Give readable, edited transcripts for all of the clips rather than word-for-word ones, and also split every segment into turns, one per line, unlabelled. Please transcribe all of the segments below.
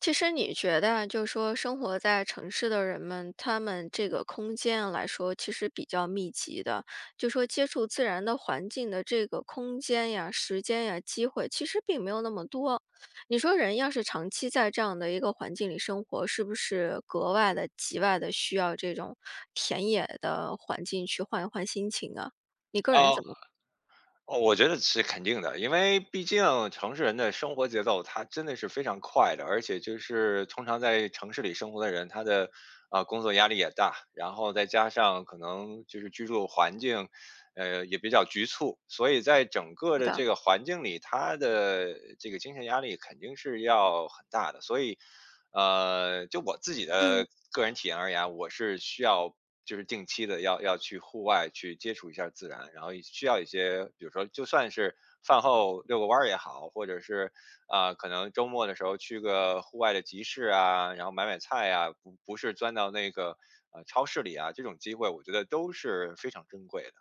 其实你觉得就说生活在城市的人们，他们这个空间来说其实比较密集的，就说接触自然的环境的这个空间呀、时间呀、机会，其实并没有那么多。你说人要是长期在这样的一个环境里生活，是不是格外的、极外的需要这种田野的环境去换一换心情啊？你个人
啊，
怎么
哦我觉得是肯定的，因为毕竟城市人的生活节奏，它真的是非常快的，而且就是通常在城市里生活的人，他的工作压力也大，然后再加上可能就是居住环境，也比较局促，所以在整个
觉
的这
得？
个环境里，他的这个精神压力肯定是要很大的，所以就我自己的个人体验而言啊，我是需要就是定期的要去户外去接触一下自然，然后也需要一些，比如说就算是饭后遛个弯儿也好，或者是可能周末的时候去个户外的集市啊，然后买买菜啊，不是钻到那个超市里啊，这种机会我觉得都是非常珍贵的。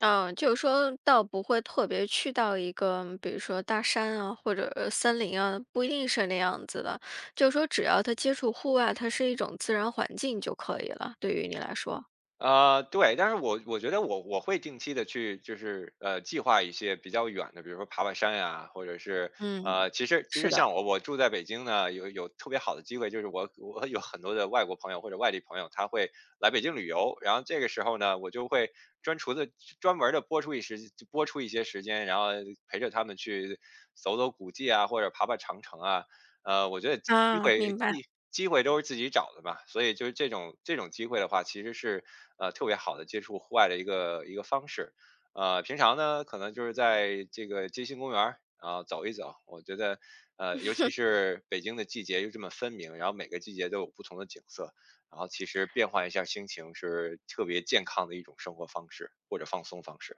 嗯，就是说倒不会特别去到一个，比如说大山啊，或者森林啊，不一定是那样子的。就是说只要他接触户外，它是一种自然环境就可以了，对于你来说。
对，但是我觉得我会定期的去，就是计划一些比较远的，比如说爬爬山呀、或者是
嗯，
其实其
是
实
的。
像我住在北京呢，有特别好的机会，就是我有很多的外国朋友或者外地朋友，他会来北京旅游，然后这个时候呢，我就会专厨的专门的拨出一些时间，然后陪着他们去走走古迹啊，或者爬爬长城啊，呃，我觉得机
啊，
会
明白，
机机会都是自己找的嘛，所以就是这种机会的话，其实是特别好的接触户外的一个方式。平常呢，可能就是在这个街心公园儿啊、走一走，我觉得尤其是北京的季节又这么分明，然后每个季节都有不同的景色，然后其实变换一下心情是特别健康的一种生活方式或者放松方式。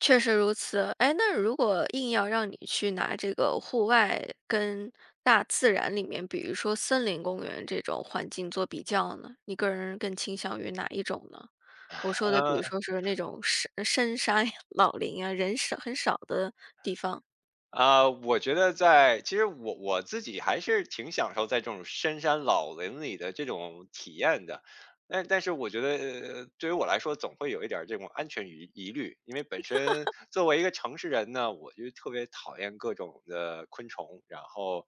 确实如此。哎，那如果硬要让你去拿这个户外跟大自然里面，比如说森林公园这种环境做比较呢，你个人更倾向于哪一种呢？我说的比
嗯
如说是那种深深山呀老林啊，人少很少的地方。
啊，我觉得其实我自己还是挺享受在这种深山老林里的这种体验的，但是我觉得，呃，对于我来说总会有一点儿这种安全疑虑，因为本身作为一个城市人呢，我就特别讨厌各种的昆虫，然后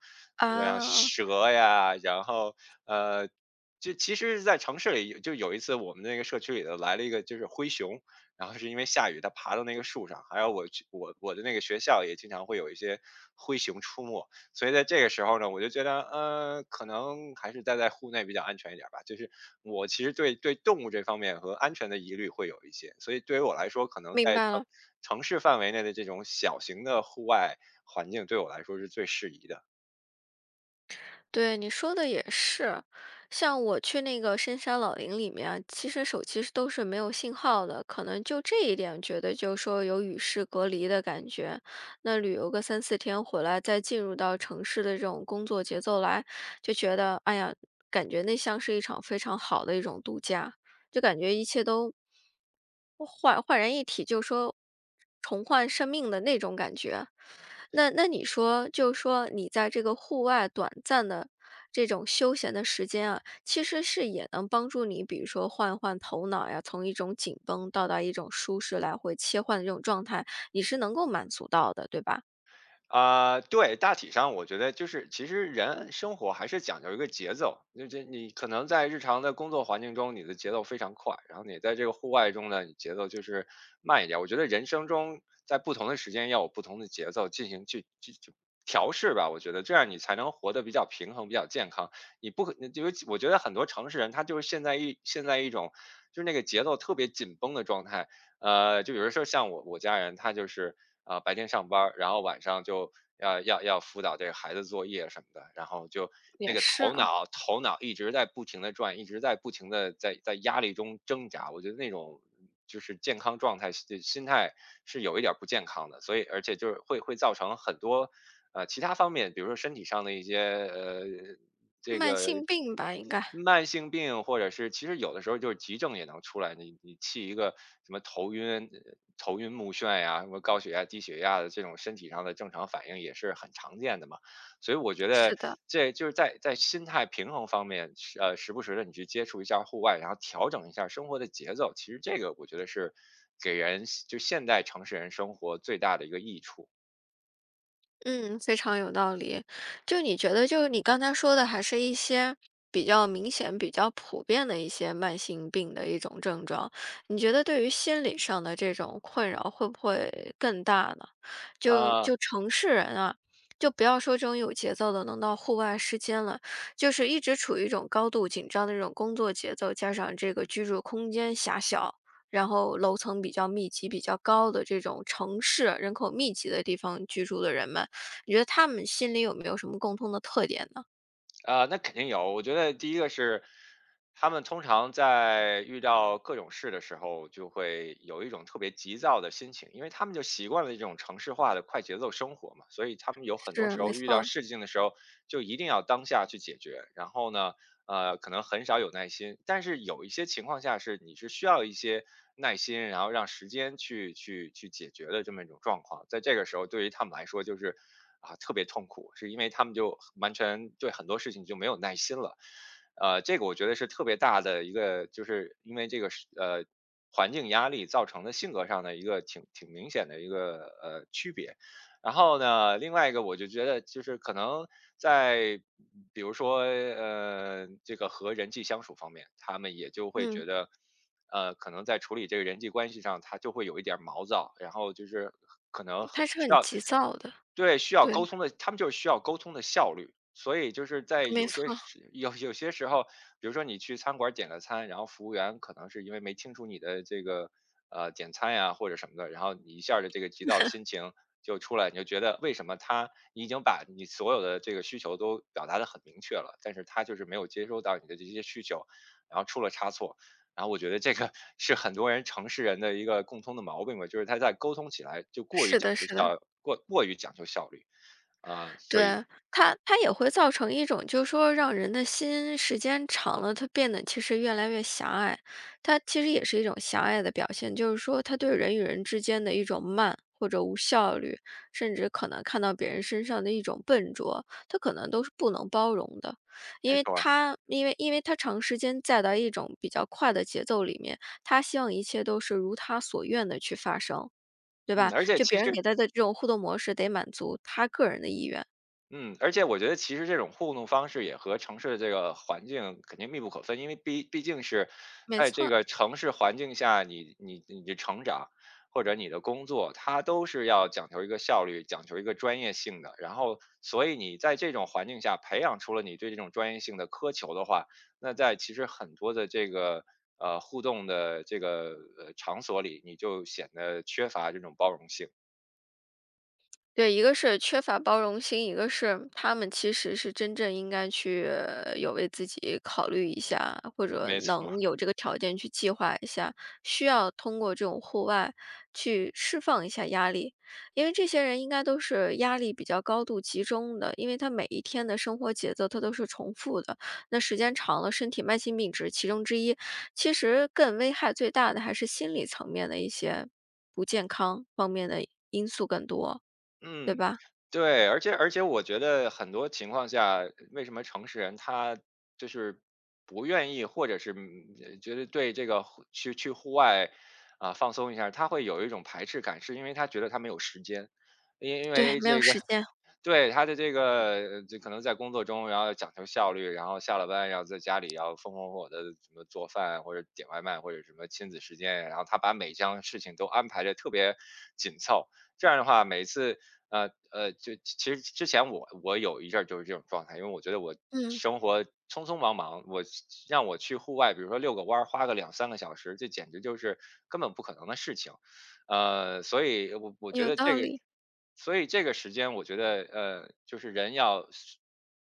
像
啊，
蛇呀，然后呃，就其实，在城市里就有一次我们那个社区里头来了一个就是灰熊，然后是因为下雨，它爬到那个树上，还有我去我我的那个学校也经常会有一些灰熊出没，所以在这个时候呢，我就觉得，呃，可能还是待在户内比较安全一点儿吧。就是我其实对动物这方面和安全的疑虑会有一些，所以对于我来说，可能
明
在
白
城
了，
城市范围内的这种小型的户外环境，对我来说是最适宜的。
对，你说的也是。像我去那个深山老林里面啊其实手机是都是没有信号的，可能就这一点觉得就是说有与世隔离的感觉。那旅游个三四天回来，再进入到城市的这种工作节奏来，就觉得，哎呀，感觉那像是一场非常好的一种度假。就感觉一切都焕焕然一体，就说重焕生命的那种感觉。那你说，就说你在这个户外短暂的这种休闲的时间啊，其实是也能帮助你，比如说换换头脑呀，从一种紧绷到达一种舒适来回切换的这种状态，你是能够满足到的，对吧？
啊，对，大体上我觉得就是其实人生活还是讲究一个节奏，就这你可能在日常的工作环境中，你的节奏非常快，然后你在这个户外中呢，你节奏就是慢一点。我觉得人生中在不同的时间要有不同的节奏进行去调试吧，我觉得这样你才能活得比较平衡、比较健康。你不可，你就我觉得很多城市人他就是现在一种就是那个节奏特别紧绷的状态，呃，就比如说像我家人，他就是白天上班儿，然后晚上就要辅导这个孩子作业什么的，然后就那
也
个
是
头
啊，
脑头脑一直在不停的转，一直在不停的在压力中挣扎。我觉得那种就是健康状态心态是有一点儿不健康的，所以而且就是会造成很多其他方面，比如说身体上的一些。
慢性病吧，应该
慢性病或者是其实有的时候就是急症也能出来，你气一个什么头晕、头晕目眩呀，什么高血压、低血压的这种身体上的正常反应也是很常见的嘛。所以我觉得
是的。
这就是在心态平衡方面，时不时的你去接触一下户外，然后调整一下生活的节奏，其实这个我觉得是给人就现代城市人生活最大的一个益处。
嗯，非常有道理。就你觉得，就是你刚才说的，还是一些比较明显、比较普遍的一些慢性病的一种症状。你觉得对于心理上的这种困扰会不会更大呢？就
啊、
就城市人啊，就不要说这种有节奏的，能到户外时间了，就是一直处于一种高度紧张的这种工作节奏，加上这个居住空间狭小。然后楼层比较密集、比较高的这种城市人口密集的地方居住的人们，你觉得他们心里有没有什么共通的特点呢？
啊，那肯定有。我觉得第一个是，他们通常在遇到各种事的时候，就会有一种特别急躁的心情，因为他们就习惯了这种城市化的快节奏生活嘛，所以他们有很多
是，
时
没
候遇到
错，
事情的时候，就一定要当下去解决。然后呢，呃，可能很少有耐心。但是有一些情况下是你是需要一些耐心，然后让时间去解决的这么一种状况。在这个时候，对于他们来说就是特别痛苦，是因为他们就完全对很多事情就没有耐心了。呃，这个我觉得是特别大的一个，就是因为这个是环境压力造成的性格上的一个挺明显的一个区别。然后呢，另外一个我就觉得就是可能在比如说这个和人际相处方面，他们也就会觉
嗯，
得，呃，可能在处理这个人际关系上，他就会有一点儿毛躁，然后就是可能很
他是
需
很
要
急躁的，
对，需要
对，
沟通的他们就是需要沟通的效率。所以就是在
没错，
有有些时候，比如说你去餐馆儿点个餐，然后服务员可能是因为没清楚你的这个，呃，点餐呀或者什么的，然后你一下儿的这个急躁的心情就出来，你就觉得为什么他你已经把你所有的这个需求都表达的很明确了，但是他就是没有接收到你的这些需求，然后出了差错。然后我觉得这个是很多人城市人的一个共通的毛病吧，就是他在沟通起来就
是的是的。
过过于讲究效率。啊，
对，
所以
它也会造成一种，就是说让人的心时间长了，它变得其实越来越狭隘。它其实也是一种狭隘的表现，就是说它对人与人之间的一种慢或者无效率，甚至可能看到别人身上的一种笨拙，它可能都是不能包容的。因
没
为
错儿，
它因为它长时间在到一种比较快的节奏里面，他希望一切都是如他所愿的去发生，对
嗯，
吧？
而且
就
其
别人
实
给他的这种互动模式得满足他个人的意愿。
嗯，而且我觉得其实这种互动方式也和城市的这个环境肯定密不可分，因为毕竟是
没
在这
错，
个城市环境下，你的成长或者你的工作，它都是要讲求一个效率，讲求一个专业性的。然后，所以你在这种环境下培养出了你对这种专业性的苛求的话，那在其实很多的这个互动的这个场所里，你就显得缺乏这种包容性。
对，一个是缺乏包容心，一个是他们其实是真正应该去有为自己考虑一下，或者
没错，
能有这个条件去计划一下，需要通过这种户外去释放一下压力。因为这些人应该都是压力比较高度集中的，因为他每一天的生活节奏他都是重复的，那时间长了，身体慢性病只是其中之一。其实更危害最大的还是心理层面的一些不健康方面的因素更多。对
嗯，
吧？
对，而且我觉得很多情况下，为什么城市人他就是不愿意，或者是觉得对这个户去去户外啊、放松一下，他会有一种排斥感，是因为他觉得他没有时间，因
对，
为
没有
这个
时间，
对，他的这个就可能在工作中，然后讲求效率，然后下了班，然后在家里要风风火火的什么做饭或者点外卖或者什么亲子时间，然后他把每项事情都安排的特别紧凑。这样的话，每次就其实之前我有一阵儿就是这种状态，因为我觉得我
嗯，
生活匆匆忙忙，让我去户外，比如说遛个弯儿，花个两三个小时，这简直就是根本不可能的事情。所以我觉
有
得这
道
个，
理，
所以这个时间，我觉得就是人要学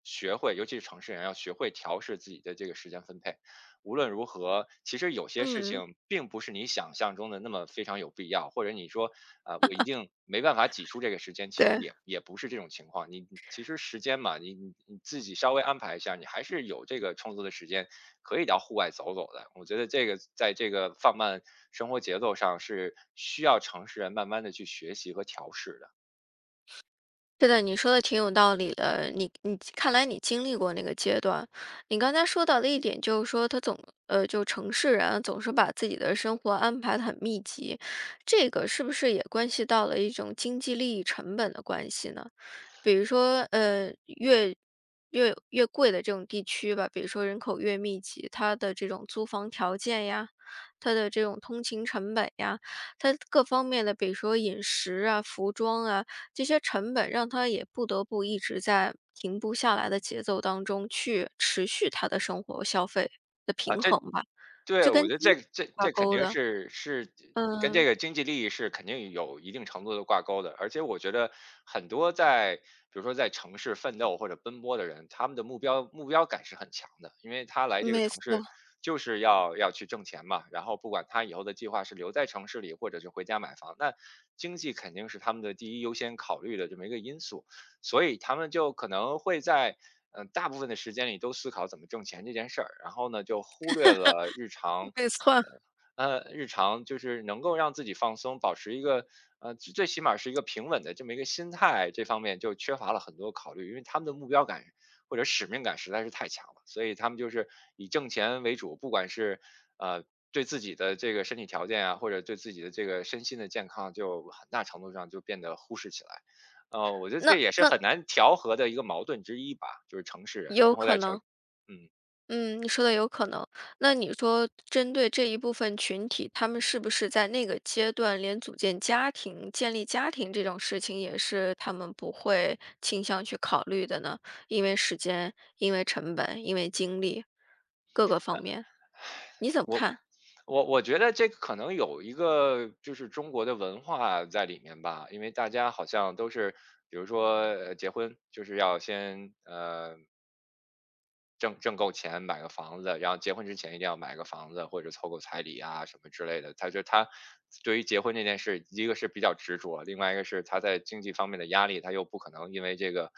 学会，尤其是城市人要学会调试自己的这个时间分配。无论如何，其实有些事
嗯，
情并不是你想象中的那么非常有必要，或者你说，啊、我一定没办法挤出这个时间，其实
对，
也不是这种情况。你其实时间嘛，你自己稍微安排一下，你还是有这个充足的时间可以到户外走走的。我觉得这个在这个放慢生活节奏上是需要城市人慢慢的去学习和调试的。
是的，你说的挺有道理的。你你看来你经历过那个阶段。你刚才说到的一点就是说，他总就城市人啊总是把自己的生活安排的很密集，这个是不是也关系到了一种经济利益成本的关系呢？比如说，越越贵的这种地区吧，比如说人口越密集，它的这种租房条件呀，它的这种通勤成本呀，它各方面的，比如说饮食啊、服装啊，这些成本让它也不得不一直在停不下来的节奏当中去持续它的生活消费的平衡吧，
对，
这
我
跟
觉得
经
这
济
这
挂
这肯
钩
定
的。
是跟这
嗯，
个经济利益是肯定有一定程度的挂钩的，而且我觉得很多在比如说在城市奋斗或者奔波的人，他们的目标感是很强的，因为他来这个
没
城市
错。
就是要去挣钱嘛，然后不管他以后的计划是留在城市里，或者是回家买房，那经济肯定是他们的第一优先考虑的这么一个因素。所以他们就可能会在大部分的时间里都思考怎么挣钱这件事儿，然后呢就忽略了日常，
没错。
日常就是能够让自己放松，保持一个最最起码是一个平稳的这么一个心态，这方面就缺乏了很多考虑，因为他们的目标感或者使命感实在是太强了，所以他们就是以挣钱为主，不管是呃。对自己的这个身体条件啊，或者对自己的这个身心的健康，就很大程度上就变得忽视起来了。我觉得这
那
也是
那
很难调和的一个矛盾之一吧，就是城市人
有
生活
可
在城。
能。
嗯，
嗯，你说的有可能。那你说针对这一部分群体，他们是不是在那个阶段连组建家庭、建立家庭这种事情也是他们不会倾向去考虑的呢？因为时间、因为成本、因为精力，各个方面，你怎么
我
看？
我觉得这可能有一个就是中国的文化在里面吧，因为大家好像都是，比如说结婚就是要先挣够钱买个房子，然后结婚之前一定要买个房子或者凑够彩礼啊什么之类的。他对于结婚这件事，一个是比较执着，另外一个是他在经济方面的压力，他又不可能因为这个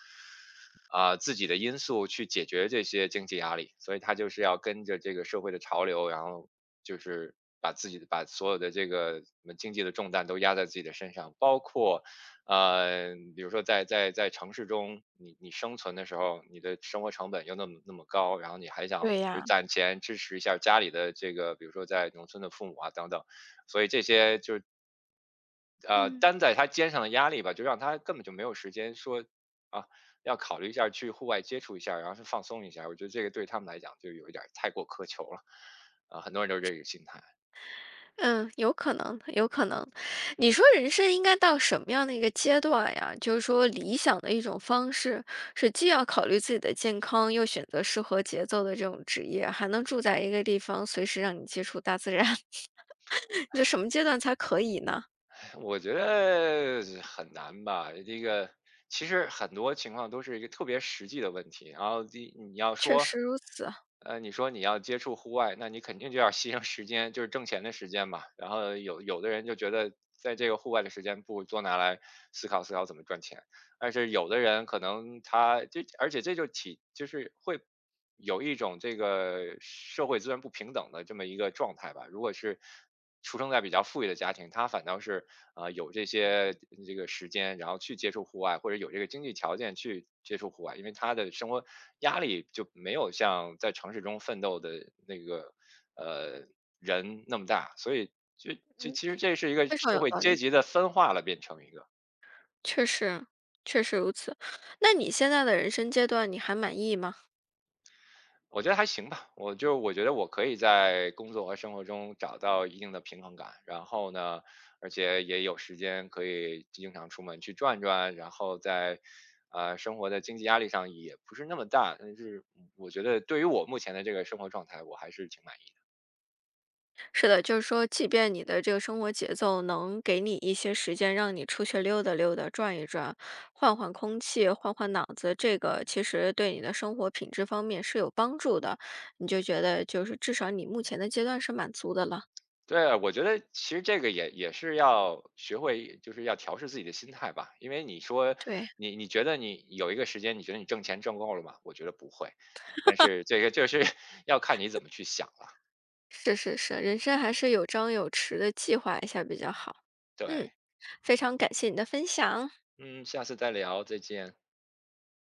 啊、自己的因素去解决这些经济压力，所以他就是要跟着这个社会的潮流，然后就是把自己的把所有的这个什么经济的重担都压在自己的身上，包括比如说在城市中，你你生存的时候，你的生活成本又那么高，然后你还想
对
就是
呀，
攒钱支持一下家里的这个，比如说在农村的父母啊等等，所以这些就是
嗯。
担在他肩上的压力吧，就让他根本就没有时间说啊，要考虑一下去户外接触一下，然后是放松一下。我觉得这个对他们来讲就有一点儿太过苛求了，啊，很多人都是这个心态。
嗯，有可能，有可能。你说人生应该到什么样的一个阶段呀？就是说理想的一种方式，是既要考虑自己的健康，又选择适合节奏的这种职业，还能住在一个地方，随时让你接触大自然。你这什么阶段才可以呢？
我觉得很难吧，这个其实很多情况都是一个特别实际的问题。然后第你要
确
说，
实如此，
你说你要接触户外，那你肯定就要牺牲时间，就是挣钱的时间嘛。然后有的人就觉得，在这个户外的时间，不如多拿来思考怎么赚钱。但是有的人可能他就而且这就体就是会有一种这个社会资源不平等的这么一个状态吧。如果是出生在比较富裕的家庭，他反倒是有这些这个时间，然后去接触户外，或者有这个经济条件去接触户外，因为他的生活压力就没有像在城市中奋斗的那个呃人那么大，所以
嗯，
其实这是一个
非常
社
有
会
道
阶
理，
级的分化了，变成一个。
确实，确实如此。那你现在的人生阶段，你还满意吗？
我觉得还行吧，我觉得我可以在工作和生活中找到一定的平衡感，然后呢，而且也有时间可以经常出门去转转，然后在生活的经济压力上也不是那么大，但是嗯我觉得对于我目前的这个生活状态，我还是挺满意的。
是的，就是说，即便你的这个生活节奏能给你一些时间，让你出去溜达溜达、转一转，换换空气、换换脑子，这个其实对你的生活品质方面是有帮助的。你就觉得，就是至少你目前的阶段是满足的了。
对，我觉得其实这个也是要学会，就是要调试自己的心态吧。因为你说
对，
你你觉得你有一个时间，你觉得你挣钱挣够了吗？我觉得不会，但是这个就是 要看你怎么去想了。
是是是，人生还是有张有弛的计划一下比较好。
对，
嗯，非常感谢你的分享。
嗯，下次再聊，再见。